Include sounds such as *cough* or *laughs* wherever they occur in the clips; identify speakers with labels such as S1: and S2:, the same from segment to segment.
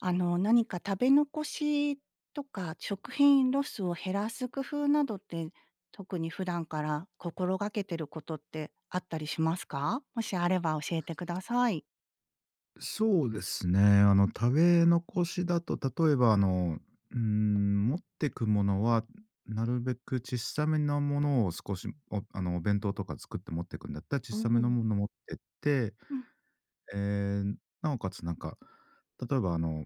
S1: 何か食べ残しとか、食品ロスを減らす工夫などって、特に普段から心がけてることってあったりしますか？もしあれば教えてください。
S2: そうですね。食べ残しだと、例えば、持ってくものは、なるべく小さめのものを少し、おあの、お弁当とか作って持ってくんだったら、小
S1: う
S2: さめの
S1: ん。
S2: もの持ってって、
S1: うん、
S2: ええ、なおかつなんか、例えばあの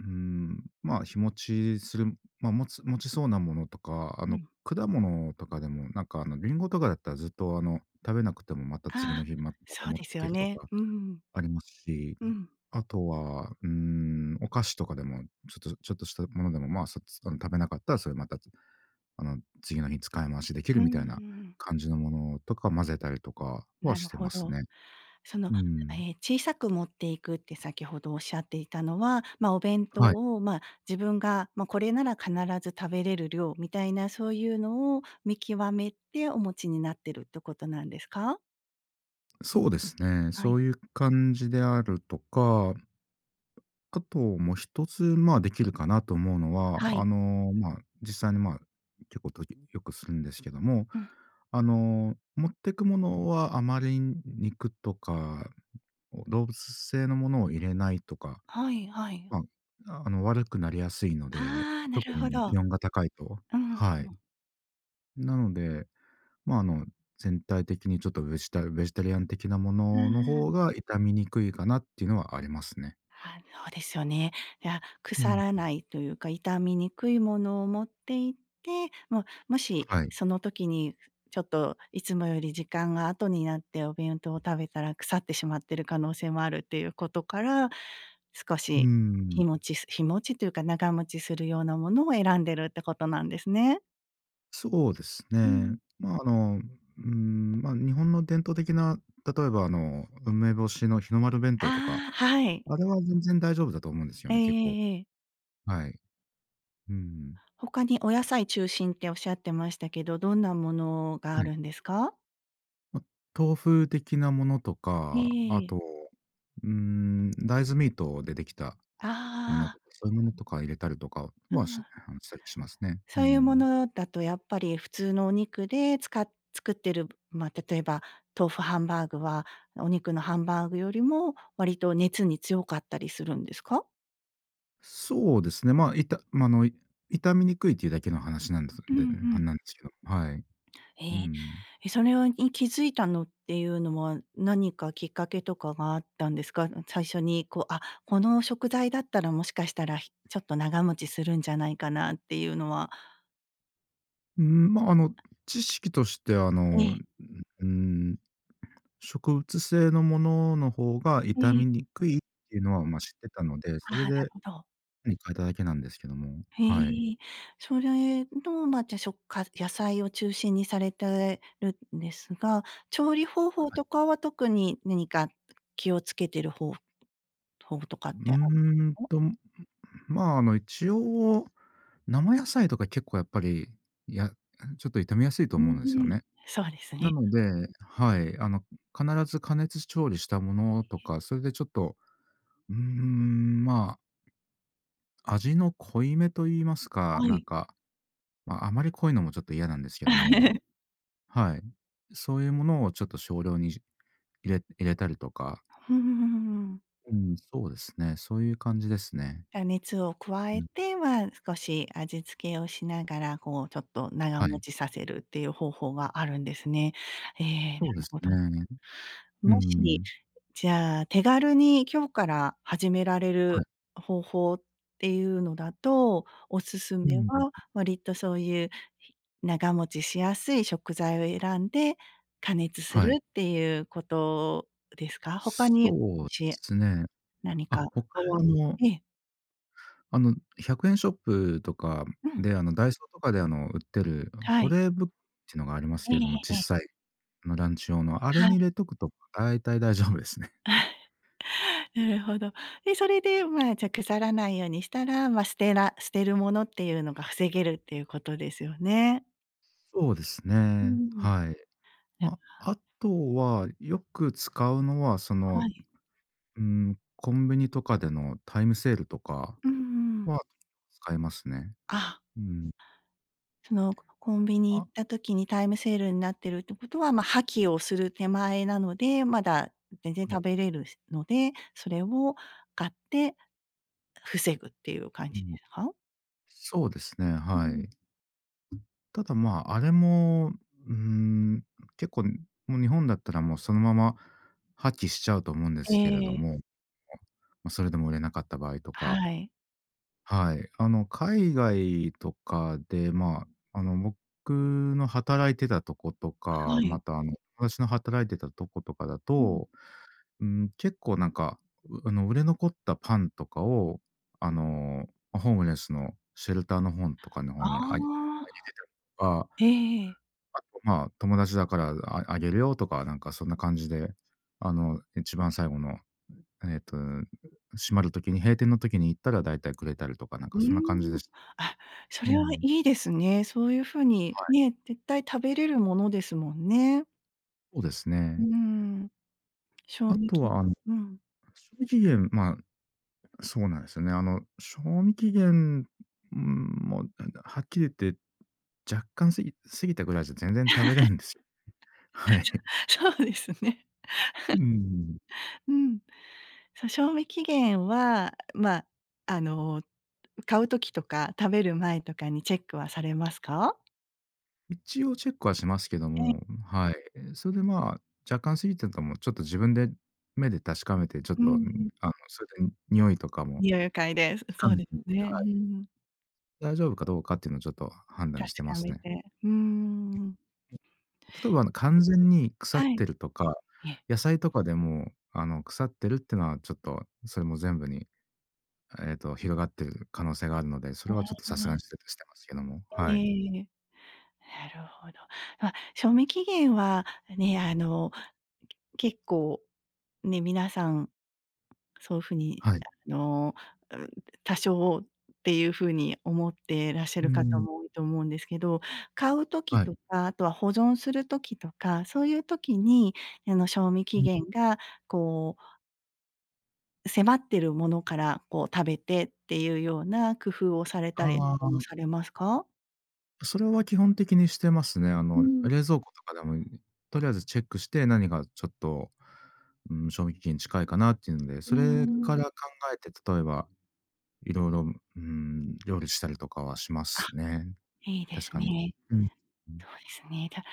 S2: うん、まあ、日持ちする、まあ、持ちそうなものとか、
S1: うん。
S2: 果物とかでも、なんか、リンゴとかだったらずっと、食べなくてもまた次
S1: あ
S2: の
S1: あ、
S2: 日、また
S1: そう
S2: 持っ
S1: で
S2: て
S1: す
S2: いけ
S1: よ
S2: ると
S1: ね。
S2: か
S1: うん、
S2: ありますし、
S1: うん。
S2: あとは、うん、お菓子とかでも、ちょっとしたものでも、まあ、そつあの、食べなかったらそれまた、次の日使い回しでき
S1: う
S2: る
S1: んう
S2: み
S1: んう
S2: たい
S1: ん
S2: な
S1: うん。
S2: 感じのものとか混ぜたりとかは
S1: な
S2: し
S1: る
S2: て
S1: ほ
S2: ます
S1: ど。
S2: ね。
S1: その、
S2: うん。
S1: ええ、小さく持っていくって先ほどおっしゃっていたのは、お弁当
S2: はい。
S1: を、自分が、これなら必ず食べれる量みたいな、そういうのを見極めてお持ちになってるってことなんですか？
S2: そうですね。
S1: は
S2: そ
S1: い。
S2: ういう感じであるとか、あと、もう一つ、まあ、できるかなと思うの
S1: は
S2: は、
S1: い。
S2: まあ、実際に、まあ、結構とよくするんですけども、
S1: うん。
S2: 持ってくものはあまり肉とか、動物性のものを入れないとか、
S1: はいはい。
S2: まあ、悪くなりやすいので、
S1: ああ、な
S2: 特
S1: る
S2: に
S1: ほ
S2: 気
S1: ど。
S2: 温が高いと、
S1: うん。
S2: はい。
S1: う
S2: なので、まあ、全体的にちょっとベジタリアン的なものの方
S1: ん。
S2: が傷みにくいかなっていうのはありますね。
S1: あ、そうですよね。いや、
S2: う
S1: 腐
S2: ん。
S1: らないというか、傷みにくいものを持っていって、もう、もし
S2: はい。
S1: その時にちょっといつもより時間が後になってお弁当を食べたら腐ってしまってる可能性もあるっていうことから、少
S2: う
S1: し
S2: ー
S1: 日持
S2: ん。
S1: ちす日持ちというか長持ちするようなものを選んでるってことなんですね。
S2: そうです
S1: う
S2: ね。
S1: ん。
S2: まあ、まあ、日本の伝統的な、例えば梅干しの日の丸弁当とか、
S1: ああ、はい。
S2: あれは全然大丈夫だと思うんですよ
S1: ええ
S2: ね、結
S1: え
S2: 構。
S1: えええ。
S2: はい。うん。
S1: 他にお野菜中心っておっしゃってましたけど、どんなものがあ
S2: はい。
S1: るんですか？
S2: まあ、豆腐的なものと
S1: え
S2: か、
S1: え
S2: あ
S1: ええ。
S2: と、大豆ミートでできたもの
S1: あ
S2: と
S1: あ、
S2: か、そういうものとか入れたりとか
S1: う
S2: は、し
S1: ん。
S2: あの、したりしますね。う
S1: そういうも
S2: ん。
S1: のだとやっぱり普通のお肉でつか作ってる、例えば豆腐ハンバーグは、お肉のハンバーグよりも割と熱に強かったりするんですか？
S2: そうですね、まあ、いたまあ、あの、い傷みにくいっていうだけの話なんです
S1: うんうん。
S2: なんですけど、はい。
S1: え
S2: う
S1: え、
S2: ん。
S1: え、それに気づいたのっていうのは、何かきっかけとかがあったんですか？最初にこう、あ、この食材だったらもしかしたら、ちょっと長持ちするんじゃないかなっていうのは。
S2: うん、まあ、知識として
S1: ええ。
S2: ん、植物性のものの方が傷
S1: え
S2: み
S1: え。
S2: にくいっていうのは、ま、知ってたので、
S1: あ
S2: そ
S1: あ、
S2: れ
S1: な
S2: で
S1: るほど。
S2: 手に変えただけなんですけども、
S1: へ
S2: はい。
S1: え。それの、じゃ、しょか野菜を中心にされてるんですが、調理方法
S2: はい。
S1: とかは特に何か気をつけてる方法とか
S2: う
S1: っ
S2: ー
S1: てある
S2: ん
S1: の？
S2: と、まあ、一応、生野菜とか結構やっぱり、やちょっと傷みやすいと
S1: う
S2: 思う
S1: ん
S2: んです
S1: う
S2: よ
S1: ん。
S2: ね。
S1: そうです
S2: な
S1: ね。
S2: ので、はい、必ず加熱調理したものとか、それでちょっと、まあ、味の濃いめと言いますか、
S1: は
S2: なん
S1: い。
S2: かまあ、あまり濃いのもちょっと嫌なんですけども、
S1: *laughs*
S2: はい。そういうものをちょっと少量に入れたりとか、
S1: うんふんうん。
S2: うん、そうですね、そういう感じですね。
S1: じゃ、熱を加
S2: う
S1: え
S2: ん、
S1: て、は少し味付けをしながら、こう、ちょっと長
S2: は
S1: 持
S2: い。
S1: ちさせるっていう方法があるんですね。ええ、な
S2: そうで
S1: る
S2: す
S1: ほど。
S2: ね。う
S1: もし
S2: ん。
S1: じゃあ、手軽に今日から始められ
S2: はい。
S1: る方法っていうのだと、おすす
S2: う
S1: めは
S2: ん。
S1: 割とそういう、長持ちしやすい食材を選んで加熱す
S2: は
S1: る
S2: い。
S1: っていうことですか？他に
S2: そ
S1: も
S2: うで
S1: し
S2: すね。
S1: 何か、
S2: あ、
S1: あ
S2: 他
S1: る
S2: は
S1: ええ、
S2: あの、100円ショップとか
S1: うん、
S2: で、ダイソーとかで、売ってる
S1: は
S2: 保
S1: い。
S2: 冷ブックっていうのがあります
S1: ええ
S2: けれども、
S1: ええ
S2: 小
S1: え
S2: さ
S1: え。
S2: い、ランチ用の、あれ
S1: は
S2: に入
S1: い。
S2: れとくと大体大丈夫ですね。
S1: *laughs* なるほど。で、それで、じゃ、腐らないようにしたら、捨てるものっていうのが防げるっていうことですよね。
S2: そうです
S1: う
S2: ね、
S1: ん、
S2: はい。まあ、あとは、よく使うのは、その、
S1: はい。
S2: うん、コンビニとかでのタイムセールとか
S1: うんうん。
S2: は使いますね。
S1: あ、
S2: うん。
S1: コンビニ行
S2: あ、
S1: った時にタイムセールになってるってことは、破棄をする手前なので、まだ全然
S2: うん、
S1: 食べれるので、それを買って防ぐっていう感じですか？
S2: そうですね、
S1: う
S2: は
S1: ん。
S2: い。ただ、まあ、あれも、うーん、結構、もう日本だったらもうそのまま破棄しちゃうと思うんで
S1: え
S2: すけれど
S1: え、
S2: も、まあ、それでも売れなかった場合とか、
S1: はい。
S2: はい。海外とかで、まあ、僕の働いてたとことか、
S1: は
S2: ま
S1: い。
S2: た、私の働いてたとことかだ
S1: うん。
S2: と、うん、結構なんか、うあの、売れ残ったパンとかを、あの、まホームレスのシェルターの本とかの方
S1: あ
S2: にあげあげて
S1: あ、
S2: たりとか、
S1: ええええ。
S2: あと、まあ、友達だからあげるよとか、なんかそんな感じで、一番最後のえっと、閉閉店のときに行ったらだいたいくれたりとか、なん
S1: う
S2: か
S1: ー
S2: そんな感じで
S1: ん。
S2: した。
S1: あ、そ
S2: う
S1: れは
S2: ん、
S1: いいですね。そういう風に、ね、絶対食べれるものですもんね。
S2: そうです
S1: うー
S2: ね。
S1: ん。賞
S2: あ
S1: 味
S2: と
S1: 期
S2: は、
S1: うん。
S2: 賞味期限、まあ、そうなんですよね。賞味期限、うん、もはっきり言って若干過ぎ過ぎたぐらいじゃ全然食べれるんですよ。*laughs* はい。
S1: *laughs* そうですね。
S2: うん。
S1: うん。そう、賞味期限は、あの、買う時とか食べる前とかにチェックはされますか？
S2: 一応チェックはしますけど
S1: ええ、
S2: も、はい。それで、まあ、若干過ぎてたも、ちょっと自分で目で確かめて、ちょっ
S1: う
S2: と、
S1: ん
S2: それで匂いとかも
S1: 匂いを嗅いで、そ
S2: つ
S1: そ
S2: か
S1: う
S2: め
S1: で
S2: てみ
S1: す
S2: て
S1: ね。うんうん。
S2: 大丈夫かどうかっていうのをちょっと判断して
S1: 確
S2: ま
S1: か
S2: す
S1: め
S2: ね。
S1: て。うーん。
S2: 例えば、完全に腐っ
S1: はい。
S2: てるとか、
S1: ええ。
S2: 野菜とかでも、腐ってるっていうのはちょっと、それも全部に、広がってる可能性があるので、それはちょっと
S1: う
S2: さすがに
S1: ん。
S2: してますけども、
S1: ええ
S2: はい。
S1: ええええ。なるほど。賞味期限はね、結構ね、皆さん、そういうふうに、
S2: はい。
S1: あの、うん、多少っていうふうに思ってらっしゃ
S2: うー
S1: る方
S2: ん、
S1: も多いと思うんですけど、買う時
S2: はい。
S1: とか、あとは保存する時とか、そういう時に、賞味期
S2: うん、
S1: 限がこう、迫ってるものから、こう、食べてっていうような工夫をされたり
S2: ああ、
S1: もされますか？
S2: それは基本的にしてますね。
S1: うん。
S2: 冷蔵庫とかでも、とりあえずチェックして、何がちょっと、うん、賞味期限近いかなっていうので、
S1: う
S2: それか
S1: ん。
S2: ら考えて、例えばいろいろ、うん、料理したりとかはしま
S1: *laughs* あ。
S2: すね。
S1: いいです
S2: 確かに。
S1: ね。
S2: うん。
S1: そうですね。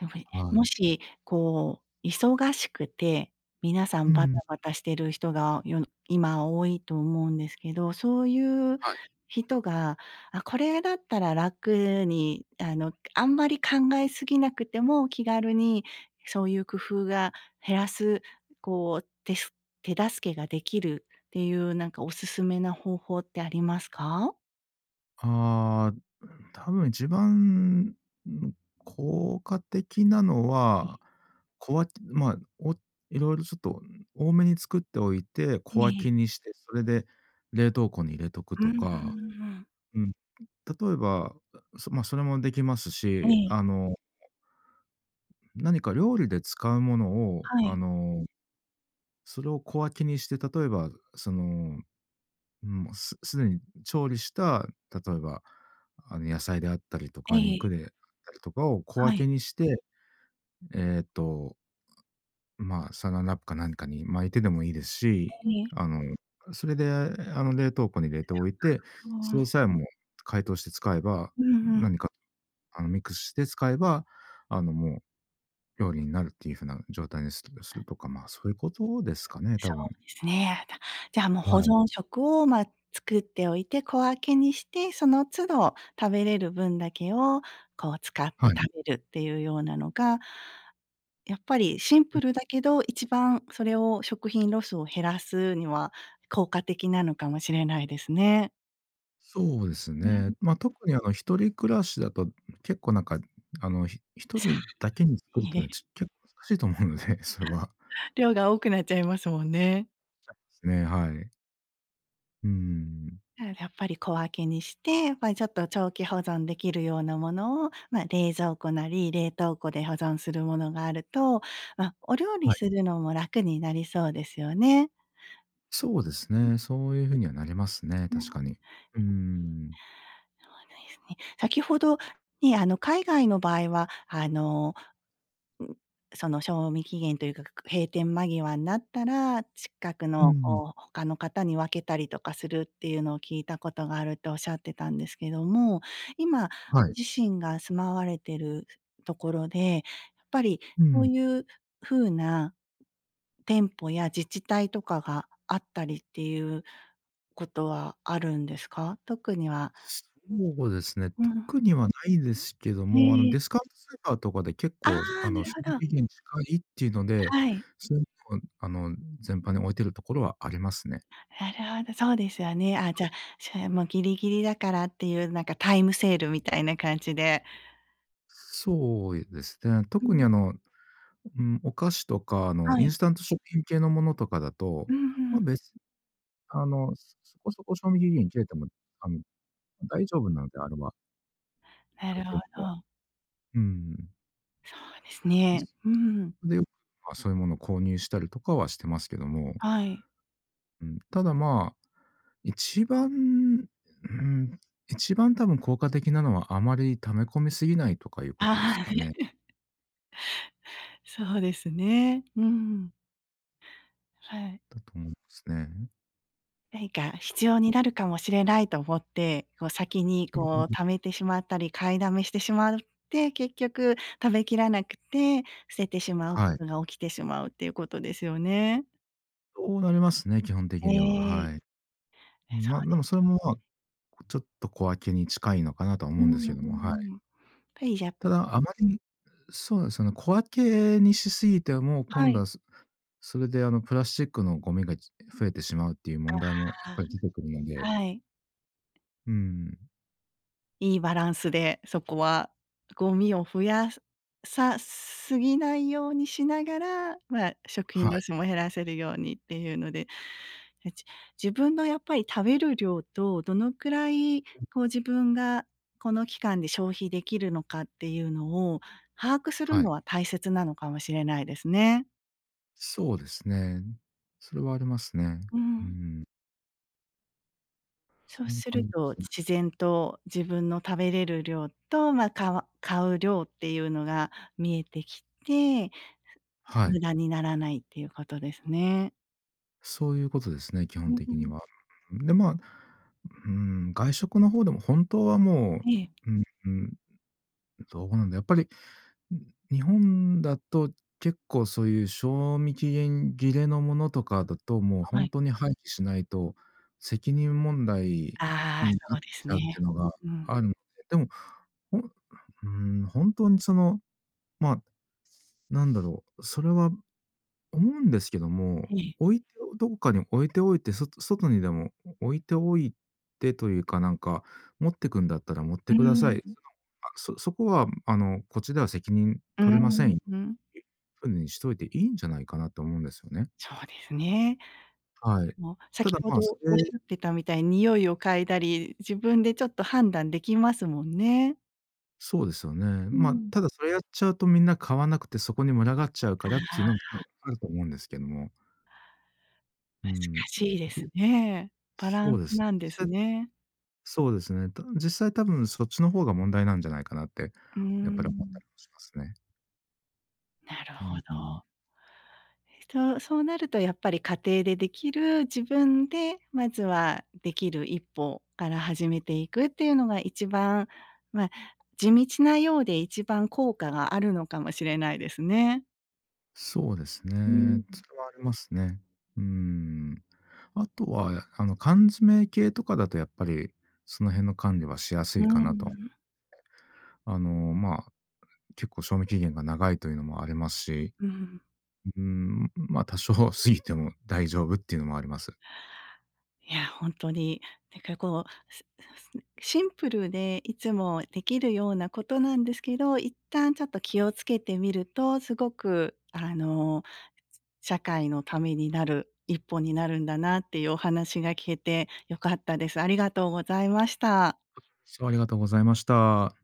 S1: でも、
S2: は
S1: も
S2: い。
S1: し、こう、忙しくて、皆さ
S2: う
S1: んバタ
S2: ん。
S1: バタしてる人が、今多いと思うんですけど、そういう
S2: はい。
S1: 人が、あ、これだったら楽に、あんまり考えすぎなくても気軽にそういう工夫が減らす、こう、手助けができるっていう、なんかおすすめな方法ってありますか？
S2: ああ、多分一番、効果的なの
S1: え
S2: は、まあ、いろいろちょっと多めに作っておいて、
S1: え
S2: 小分
S1: え
S2: け
S1: え。
S2: にして、それで冷凍庫に入れとく
S1: う
S2: と
S1: んうん
S2: か、
S1: うんうん。
S2: うん、例えば、まあ、それもできます
S1: え
S2: し、
S1: え、
S2: 何か料理で使うものを、
S1: はい。
S2: それを小分けにして、例えば、その、もうすでに調理した、例えば、野菜であったりと
S1: え
S2: か、肉
S1: え、
S2: であったりとかを小
S1: は
S2: 分け
S1: い。
S2: にして、えっと、まあ、サランラップか何かに巻いてでもいいですし、
S1: え
S2: あ
S1: え。
S2: の、それで、冷凍庫に入れておいて、それ
S1: ああ
S2: さえも解凍して使えば、
S1: うん。ううん。
S2: 何か、ミックスして使えば、もう料理になるっていう風な状態にするとか、まあ、そういうことですかね、多
S1: そ
S2: 分。
S1: うですね。じゃあ、もう保
S2: はい。
S1: 存食を、作っておいて、小分けにして、その都度食べれる分だけを、こう使って
S2: はい。
S1: 食べるっていうようなのが、やっぱりシンプルだけど、一番それを食品ロスを減らすには効果的なのかもしれないですね。
S2: そうです
S1: う
S2: ね。
S1: ん。
S2: まあ、特にあの一人暮らしだと、結構なんか、
S1: *laughs*
S2: 一
S1: さ
S2: 人だけに作るってい
S1: え
S2: うのは、
S1: え、
S2: 結構難しいと思うので、*laughs* それは。
S1: 量が多くなっちゃいますもんね。
S2: ですね、はい。うん。
S1: なのでやっぱり小分けにして、やっぱりちょっと長期保存できるようなものを、冷蔵庫なり、冷凍庫で保存するものがあると、お料理
S2: はい。
S1: するのも楽になりそうですよね。
S2: そうですね、そういうふうにはなりますね、
S1: うん、
S2: 確
S1: そ
S2: か
S1: う
S2: に。うん。
S1: ですね。先ほどね、海外の場合は、その賞味期限というか、閉店間際になったら、近く
S2: う
S1: の
S2: ん、
S1: こう、他の方に分けたりとかするっていうのを聞いたことがあるっておっしゃってたんですけども、今、
S2: は
S1: ご
S2: い。
S1: 自身が住まわれてるところで、やっぱり
S2: う
S1: そう
S2: ん。
S1: いう風な店舗や自治体とかがあったりっていうことはあるんですか？特には
S2: そうですね、
S1: うん。
S2: 特にはないですけど
S1: え
S2: も、あのデ
S1: え。
S2: ィスカウントスーパーとかで結
S1: あ
S2: 構、
S1: あ、なる
S2: 賞
S1: ほど。
S2: 味期限近いっていうので、
S1: はい。
S2: そういうのを全般に置いてるところはありますね。
S1: なるほど、そうですよね。あ、じゃあ、もうギリギリだからっていう、なんかタイムセールみたいな感じで。
S2: そうですね。
S1: う
S2: 特に
S1: ん、
S2: うん、お菓子とか、
S1: は
S2: イン
S1: い。
S2: スタント食品系のものとかだ
S1: う
S2: と、
S1: んう
S2: ま、
S1: ん。
S2: 別にそこそこ賞味期限切れても、あの、大丈夫なので、あれは、
S1: な
S2: あ
S1: る
S2: る
S1: ほ
S2: 程度は。
S1: ど。
S2: うん。
S1: そうです
S2: ま、
S1: ね。
S2: そ
S1: うん。
S2: れでよく、ま、そういうものを購入したりとかはしてますけども、
S1: はい。
S2: うん、ただ、まあ、一番、うん、一番多分効果的なのは、あまり溜め込みすぎないとかいうことです
S1: ああ、
S2: かね。
S1: *laughs* そうですね。うん。はい。
S2: だと思いますね。
S1: 何か必要になるかもしれないと思って、こう先に
S2: うん
S1: こ
S2: う
S1: う
S2: ん。
S1: 貯めてしまったり、買いだめしてしまって、結局食べきらなくて、捨ててしまうこ
S2: はい。
S1: とが起きてしまうっていうことですよね。
S2: そうなりますね、基本的
S1: え
S2: には、はい。
S1: え。
S2: まあ、でもそれも、まあ、ちょっと小分けに近いのかなとは
S1: う
S2: 思うんです
S1: ん
S2: けど
S1: う
S2: も、は
S1: ん。
S2: い。
S1: やっぱりじゃ
S2: ただ、あまり、そうですよね、小分けにしすぎても、
S1: は
S2: 今度
S1: い。
S2: は、それで、プラスチックのゴミが増えてしまうっていう問題もやっぱ
S1: あ
S2: り出てくるので、
S1: はい。
S2: うん、
S1: いいバランスで、そこはゴミを増やすさすぎないようにしながら、食
S2: は
S1: 品ロ
S2: い、
S1: スも減らせるようにっていうので、え、自分のやっぱり食べる量とどのくらいこう自分がこの期間で消費できるのかっていうのを把握する
S2: は
S1: の
S2: い。
S1: は大切なのかもしれないですね。
S2: そうですね。それはありますね。
S1: う
S2: う
S1: ん。
S2: ん、
S1: そう
S2: そんな
S1: す
S2: 感
S1: る
S2: じで
S1: と、
S2: すね。
S1: 自然と自分の食べれる量と、買う量っていうのが見えてきて、
S2: は
S1: 無
S2: い。
S1: 駄にならないっていうことですね。
S2: そういうことですね、基
S1: う
S2: 本
S1: んう
S2: 的に
S1: ん。
S2: は。で、まあ、うん、外食の方でも本当はも
S1: ええ、
S2: う、うん、どうなんだ、やっぱり、日本だと結構そういう賞味期限切れのものとかだと、もう
S1: は
S2: 本
S1: い。
S2: 当に廃棄しないと、責任問題
S1: あ
S2: に
S1: あ、
S2: な
S1: そ
S2: っ
S1: うです
S2: ちゃうってい
S1: ね。
S2: うのが
S1: うん。
S2: あるので、でも、ほんうん、本当にその、まあ、なんだろう、それは思うんですけども、
S1: ええ。
S2: 置いてどこかに置いておいて、外にでも置いておいてというか、なんか、持ってくんだったら持っ
S1: う
S2: てくださ
S1: ー
S2: い。
S1: ん。
S2: その、あ、そこは、こっちでは責任
S1: うー
S2: 取れません
S1: ん。
S2: よっ
S1: うん
S2: ていう風にしといていいんじゃないかなと思うんですよね。
S1: そうですね。
S2: はい。
S1: もう
S2: た
S1: 先
S2: だ、
S1: ほ
S2: まあ、
S1: どおっしゃってたみたいに、匂いを嗅いだり、自分でちょっと判断できますもんね。
S2: そうですよね。
S1: う
S2: まあ、
S1: ん。
S2: ただそれやっちゃうとみんな買わなくて、そこに群がっちゃうからってい
S1: あ
S2: う
S1: あ、
S2: のも多分あると思うんですけども。う
S1: 難
S2: ん。
S1: しいです
S2: で
S1: ね。バラ
S2: そ
S1: ン
S2: うで
S1: ス
S2: すね。
S1: なん
S2: 実
S1: です
S2: 際
S1: ね。
S2: そうですね。た実際多分そっちの方が問題なんじゃないかなって、
S1: うー
S2: やっぱり思った
S1: ん、
S2: りもしますね。
S1: なる
S2: う
S1: ほ
S2: ん。
S1: ど。そうそうなるとやっぱり家庭でできる、自分でまずはできる一歩から始めていくっていうのが一番、まあ、地道なようで一番効果があるのかもしれないですね。
S2: そうですね。
S1: うん。
S2: それはありますね。うん。あとは、缶詰系とかだとやっぱり、その辺の管理はしやす
S1: う
S2: いかなと。
S1: ん、
S2: まあ、結構賞味期限が長いというのもありますし、
S1: うん。
S2: うん、まあ、多少過ぎても大丈夫っていうのもあります。
S1: いや、ほんとに、なんかこう、すシンプルでいつもできるようなことなんですけど、一旦ちょっと気をつけてみると、すごく社会のためになる一歩になるんだなっていうお話が聞けて良かったです。ありがとうございました。
S2: そう、ありがとうございました。